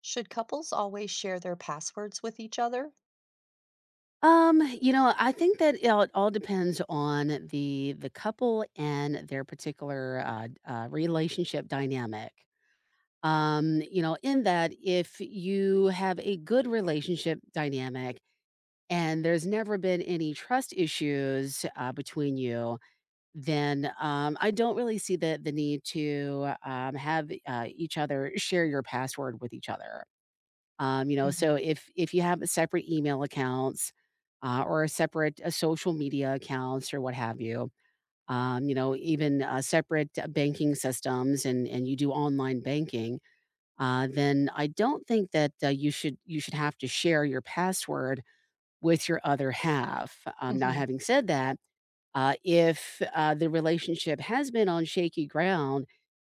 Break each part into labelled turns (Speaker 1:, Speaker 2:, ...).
Speaker 1: Should couples always share their passwords with each other?
Speaker 2: I think that it all depends on the couple and their particular, relationship dynamic. In that if you have a good relationship dynamic and there's never been any trust issues, between you, then, I don't really see the need to, have, each other share your password with each other.
Speaker 1: hmm
Speaker 2: So if you have separate email accounts, or a separate social media accounts or what have you, even separate banking systems, and you do online banking, then I don't think that you should have to share your password with your other half. Now,
Speaker 1: hmm.
Speaker 2: having said that, if the relationship has been on shaky ground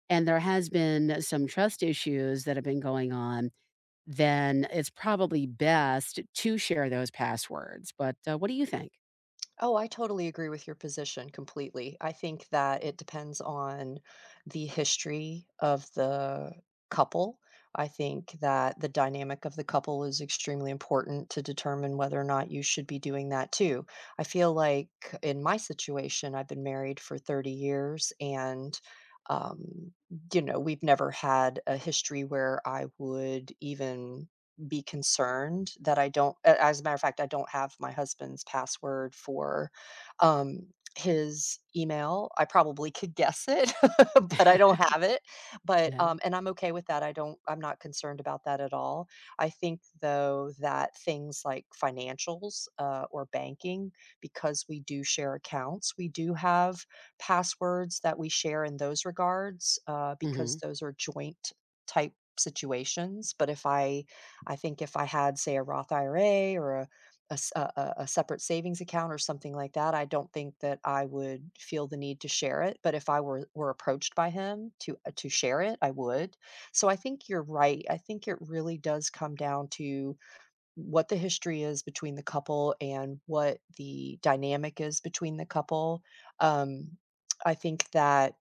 Speaker 2: and there has been some trust issues that have been going on then it's probably best to share those passwords, but, what do you think?
Speaker 1: Oh, I totally agree with your position completely. I think that it depends on the history of the couple. I think that the dynamic of the couple is extremely important to determine whether or not you should be doing that too. I feel like in my situation, I've been married for 30 years and um, we've never had a history where I would even be concerned that I don't a as a matter of fact, I don't have my husband's password for, his email. I probably could guess it, but I don't have it, but,
Speaker 2: Yeah,
Speaker 1: and I'm okay with that. I'm not concerned about that at all. I think, though, that things like financials, or banking, because we do share accounts, we do have passwords that we share in those regards, because
Speaker 2: mhm.
Speaker 1: those are joint type situations, but if I I think if I had, say, a Roth IRA or a s- a separate savings account or something like that, I don't think that I would feel the need to share it. But if I were approached by him to share it, I would. So I think you're right. I think it really does come down to what the history is between the couple and what the dynamic is between the couple. Um, I think that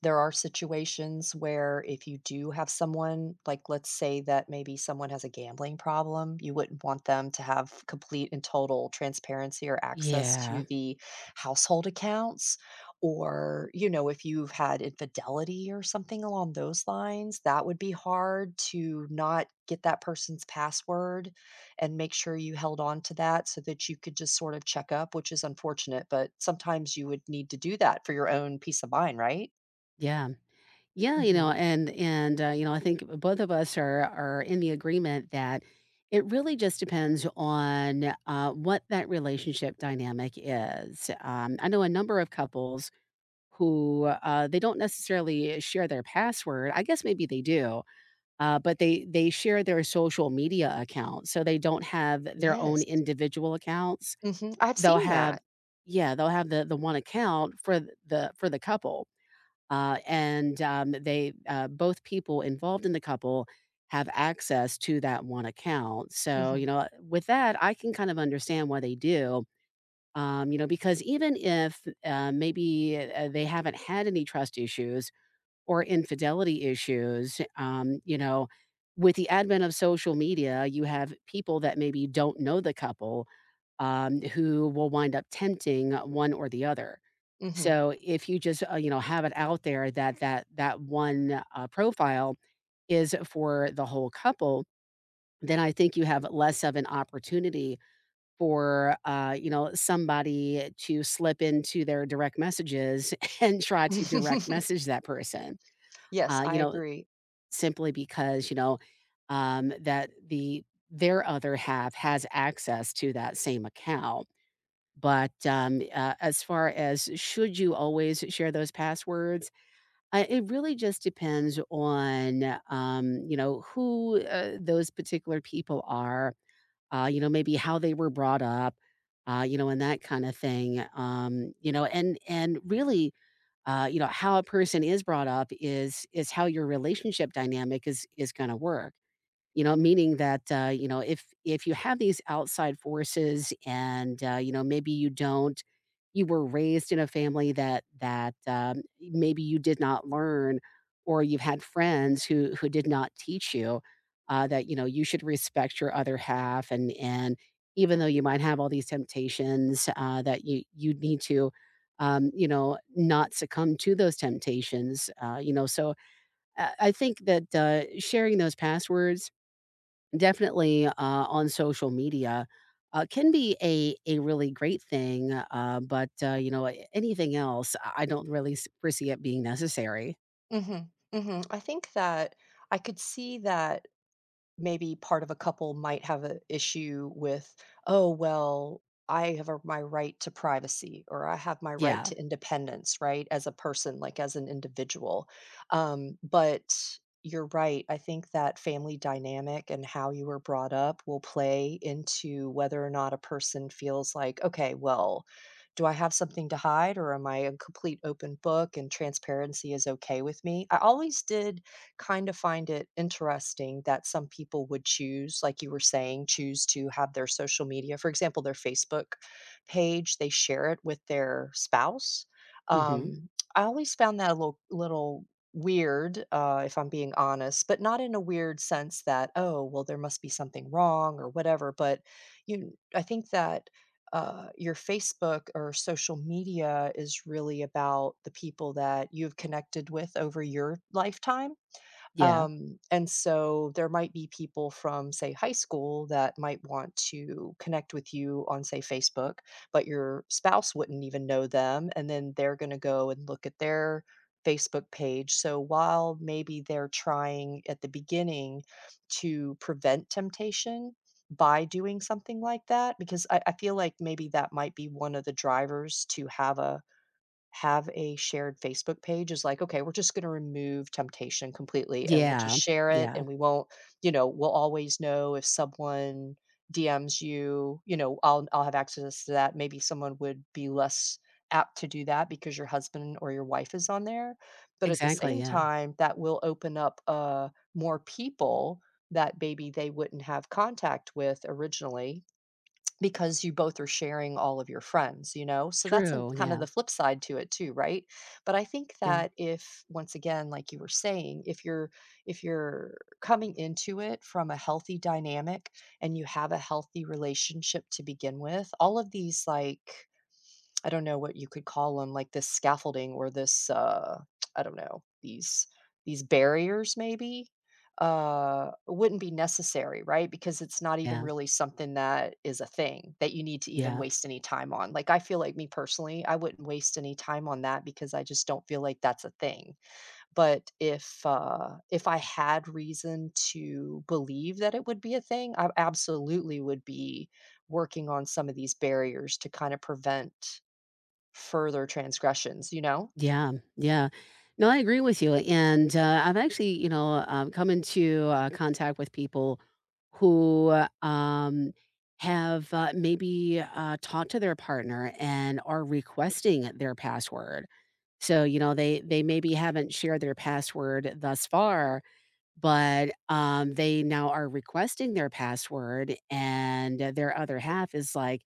Speaker 1: there are situations where if you do have someone, like let's say that maybe someone has a gambling problem, you wouldn't want them to have complete and total transparency or access
Speaker 2: Yeah,
Speaker 1: to the household accounts. Or, you know, if you've had infidelity or something along those lines, that would be hard to not get that person's password and make sure you held on to that so that you could just sort of check up, which is unfortunate. But sometimes you would need to do that for your own peace of mind, right?
Speaker 2: yeah. Yeah, you know,
Speaker 1: Mhm.
Speaker 2: and and, uh, you know, I think both of us are in the agreement that it really just depends on, what that relationship dynamic is. I know a number of couples who, they don't necessarily share their password, I guess maybe they do. But they share their social media accounts, so they don't have their own
Speaker 1: Yes.
Speaker 2: individual accounts.
Speaker 1: Mhm. I've
Speaker 2: They'll
Speaker 1: seen
Speaker 2: have
Speaker 1: that.
Speaker 2: yeah, they'll have the one account for th- the for the couple. They, both people involved in the couple have access to that one account. So, you
Speaker 1: Mhm.
Speaker 2: know, with that, I can kind of understand why they do, because even if, they haven't had any trust issues or infidelity issues. With the advent of social media, you have people that maybe don't know the couple who will wind up tempting one or the other.
Speaker 1: Mhm.
Speaker 2: So if you just have it out there that that one profile is for the whole couple, then I think you have less of an opportunity for somebody to slip into their direct messages and try to direct message that person.
Speaker 1: Yes,
Speaker 2: Uh, you
Speaker 1: I
Speaker 2: know,
Speaker 1: agree.
Speaker 2: simply because, that the their other half has access to that same account. But as far as should you always share those passwords, it really just depends on who those particular people are. Maybe how they were brought up. And that kind of thing. You know, and Really, how a person is brought up is how your relationship dynamic is gonna work. You know, meaning that, if you have these outside forces and, maybe you don't you were raised in a family that maybe you did not learn or you've had friends who did not teach you, that, you should respect your other half and even though you might have all these temptations, that you need to, not succumb to those temptations, so, I think that, sharing those passwords definitely, on social media, can be a really great thing, but a anything else, I don't really s foresee it being necessary.
Speaker 1: Mhm. Mhm. I think that I could see that maybe part of a couple might have an issue with, oh, well, my right to privacy or I have my right
Speaker 2: Yeah.
Speaker 1: to independence, right? As a person, like as an individual. But you're right. I think that family dynamic and how you were brought up will play into whether or not a person feels like, okay, well, do I have something to hide or am I a complete open book and transparency is okay with me? I always did kind of find it interesting that some people would choose, like you were saying, choose to have their social media, for example, their Facebook page, they share it with their spouse.
Speaker 2: Mhm.
Speaker 1: Um, I always found that a little weird, if I'm being honest, but not in a weird sense that, oh, well, there must be something wrong or whatever. But I think that your Facebook or social media is really about the people that you've connected with over your lifetime.
Speaker 2: Yeah.
Speaker 1: And so there might be people from, say, high school that might want to connect with you on, say, Facebook, but your spouse wouldn't even know them. And then they're going to go and look at their Facebook page. So while maybe they're trying at the beginning to prevent temptation by doing something like that, because I feel like maybe that might be one of the drivers to have a shared Facebook page is like, okay, we're just going to remove temptation completely and we'll just
Speaker 2: Yeah.
Speaker 1: share it
Speaker 2: Yeah.
Speaker 1: and we won't, we'll always know if someone DMs you. I'll have access to that. Maybe someone would be less apt to do that because your husband or your wife is on there. But at the
Speaker 2: Exactly,
Speaker 1: same
Speaker 2: yeah.
Speaker 1: time, that will open up more people that maybe they wouldn't have contact with originally because you both are sharing all of your friends, you know? So that's an
Speaker 2: True,
Speaker 1: kind of
Speaker 2: yeah.
Speaker 1: the flip side to it too, right? But I think
Speaker 2: Yeah.
Speaker 1: that if once again, like you were saying, if you're coming into it from a healthy dynamic and you have a healthy relationship to begin with, all of these like I don't know what you could call them, like this scaffolding or this, I don't know, these barriers maybe, wouldn't be necessary, right? Because it's not even
Speaker 2: Yeah.
Speaker 1: really something that is a thing that you need to even
Speaker 2: Yeah.
Speaker 1: waste any time on. Like, I feel like me personally, I wouldn't waste any time on that because I just don't feel like that's a thing. But if I had reason to believe that it would be a thing, I absolutely would be working on some of these barriers to kind of prevent further transgressions, you know?
Speaker 2: Yeah, yeah. No, I agree with you, and, I've actually come into, contact with people who, talked to their partner and are requesting their password. So, they maybe haven't shared their password thus far, but, they now are requesting their password, and their other half is like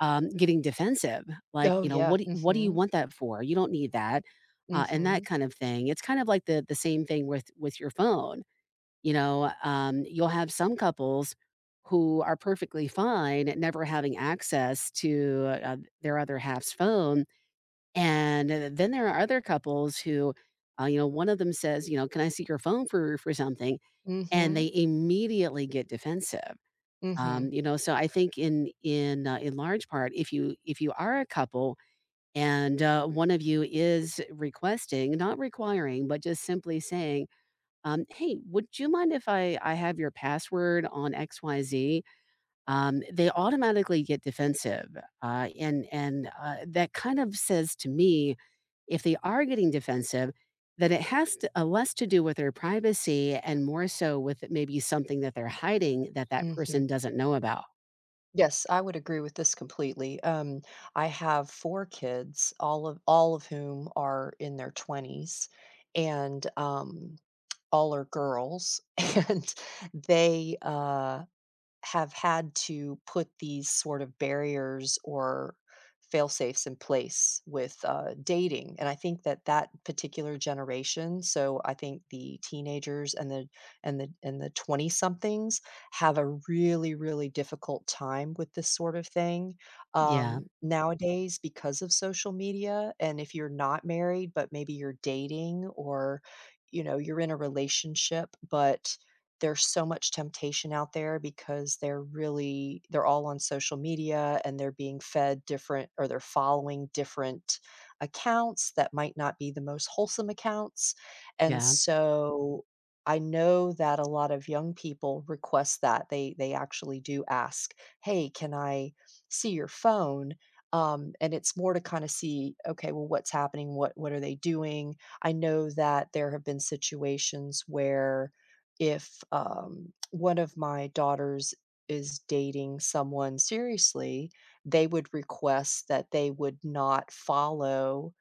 Speaker 2: getting defensive, like,
Speaker 1: Oh,
Speaker 2: you know,
Speaker 1: yeah,
Speaker 2: "What do you
Speaker 1: mhm,
Speaker 2: want that for? You don't need that," and that
Speaker 1: mhm,
Speaker 2: kind of thing. It's kind of like the same thing with your phone, you know? You'll have some couples who are perfectly fine at never having access to, their other half's phone, and then there are other couples who, one of them says, you know, "Can I see your phone for something?" And
Speaker 1: mhm,
Speaker 2: they immediately get defensive.
Speaker 1: mhm,
Speaker 2: So I think in large part, if you are a couple and one of you is requesting, not requiring, but just simply saying, "Hey, would you mind if I have your password on XYZ?" They automatically get defensive, and that kind of says to me, if they are getting defensive, that it has to, less to do with their privacy and more so with maybe something that they're hiding that that
Speaker 1: mhm.
Speaker 2: person doesn't know about.
Speaker 1: Yes, I would agree with this completely. I have 4 kids, all of whom are in their 20s, and, all are girls, and they, uh have had to put these sort of barriers or fail safes in place with dating. And I think that that particular generation, so I think the teenagers and the 20 somethings have a really difficult time with this sort of thing.
Speaker 2: Yeah,
Speaker 1: Nowadays, because of social media, and if you're not married but maybe you're dating or you know you're in a relationship, but there's so much temptation out there because they're all on social media and they're being fed different, or they're following different accounts that might not be the most wholesome accounts. And
Speaker 2: yeah,
Speaker 1: so I know that a lot of young people request that. They actually do ask, "Hey, can I see your phone?" And it's more to kind of see, okay, well, what's happening? What are they doing? I know that there have been situations where if one of my daughters is dating someone seriously, they would request that they would not follow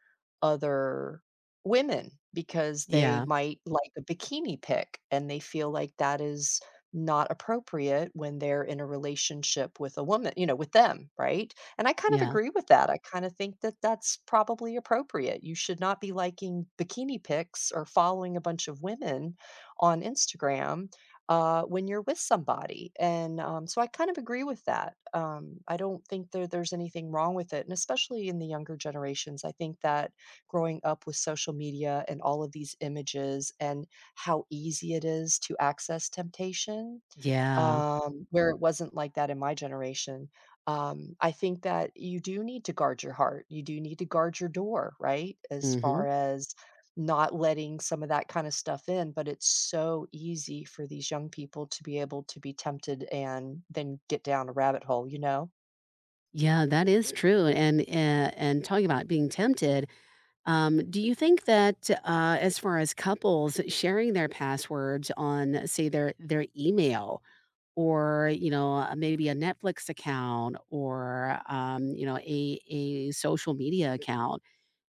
Speaker 1: other women because they
Speaker 2: yeah,
Speaker 1: might like a bikini pic and they feel like that is not appropriate when they're in a relationship with a woman, you know, with them, right? And I kind of
Speaker 2: yeah,
Speaker 1: agree with that. I kind of think that that's probably appropriate. You should not be liking bikini pics or following a bunch of women on Instagram when you're with somebody. And so I kind of agree with that. I don't think there's anything wrong with it. And especially in the younger generations, I think that growing up with social media and all of these images and how easy it is to access temptation,
Speaker 2: yeah,
Speaker 1: where it wasn't like that in my generation. I think that you do need to guard your heart. You do need to guard your door, right? As
Speaker 2: mhm.
Speaker 1: far as not letting some of that kind of stuff in. But it's so easy for these young people to be able to be tempted and then get down a rabbit hole, you know?
Speaker 2: Yeah, that is true, and, talking about being tempted, do you think that, as far as couples sharing their passwords on, say, their email or, maybe a Netflix account or, a social media account,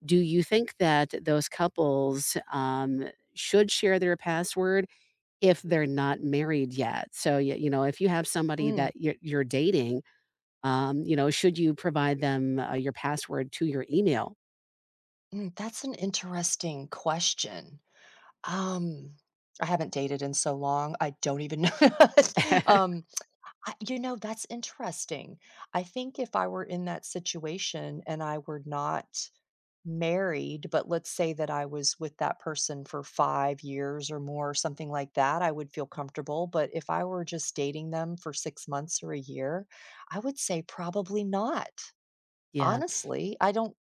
Speaker 2: do you think that those couples, should share their password? If they're not married yet. So, you know, if you have somebody
Speaker 1: Mm,
Speaker 2: that you're dating, should you provide them, your password to your email?
Speaker 1: that's an interesting question. Um, I haven't dated in so long. I don't even know. um, I you know, that's interesting. I think if I were in that situation and I were not married, but let's say that I was with that person for 5 years or more or something like that, I would feel comfortable, but if I were just dating them for 6 months or a year, I would say probably not.
Speaker 2: Yeah.
Speaker 1: Honestly,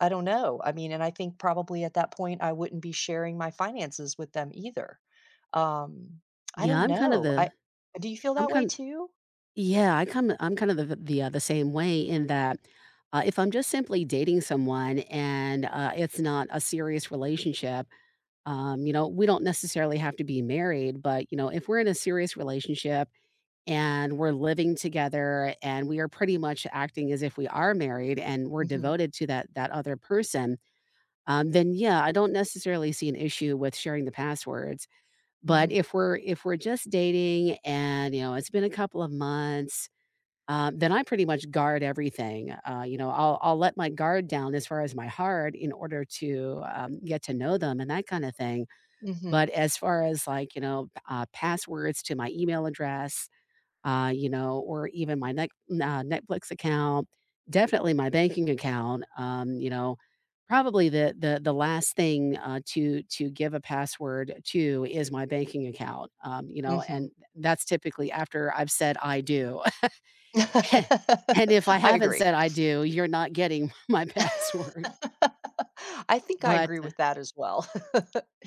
Speaker 1: I don't know. I mean, and I think probably at that point, I wouldn't be sharing my finances with them either. Um, I
Speaker 2: Yeah,
Speaker 1: don't
Speaker 2: I'm kind of
Speaker 1: know.
Speaker 2: the
Speaker 1: I do you feel
Speaker 2: I'm
Speaker 1: that way
Speaker 2: kind
Speaker 1: too?
Speaker 2: yeah, I come I'm kind of the the same way in that, if I'm just simply dating someone and, it's not a serious relationship, we don't necessarily have to be married, but, you know, if we're in a serious relationship and we're living together and we are pretty much acting as if we are married and we're
Speaker 1: Mhm.
Speaker 2: devoted to that other person then yeah, I don't necessarily see an issue with sharing the passwords. But
Speaker 1: Mhm,
Speaker 2: if we're just dating and you know it's been a couple of months, then I pretty much guard everything. I'll, let my guard down as far as my heart in order to get to know them and that kind of thing,
Speaker 1: mhm,
Speaker 2: but as far as like passwords to my email address, or even my Netflix account, definitely my banking account, probably the last thing, to give a password to is my banking account, and
Speaker 1: mhm.
Speaker 2: that's typically after I've said "I do." And if I
Speaker 1: I
Speaker 2: haven't
Speaker 1: agree.
Speaker 2: said "I do," you're not getting my password.
Speaker 1: I think I
Speaker 2: But
Speaker 1: agree
Speaker 2: uh,
Speaker 1: with that as well.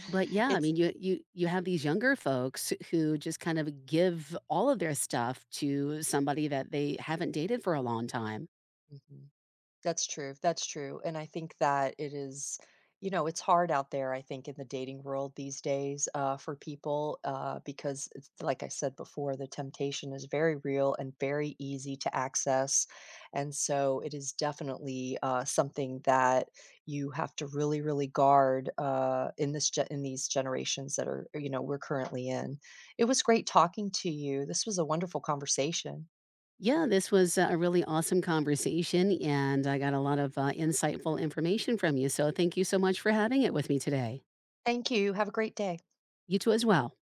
Speaker 2: but yeah, I mean,
Speaker 1: It's
Speaker 2: you have these younger folks who just kind of give all of their stuff to somebody that they haven't dated for a long time.
Speaker 1: Mhm. That's true, and I think that it is, you know, it's hard out there, I think, in the dating world these days, for people, because it's like I said before, the temptation is very real and very easy to access, and so it is definitely, something that you have to really, really guard, in this gen in these generations that are, you know, we're currently in. It was great talking to you, this was a wonderful conversation.
Speaker 2: Yeah, this was a really awesome conversation, and I got a lot of insightful information from you. So, thank you so much for having it with me today.
Speaker 1: Thank you, have a great day.
Speaker 2: You too, as well.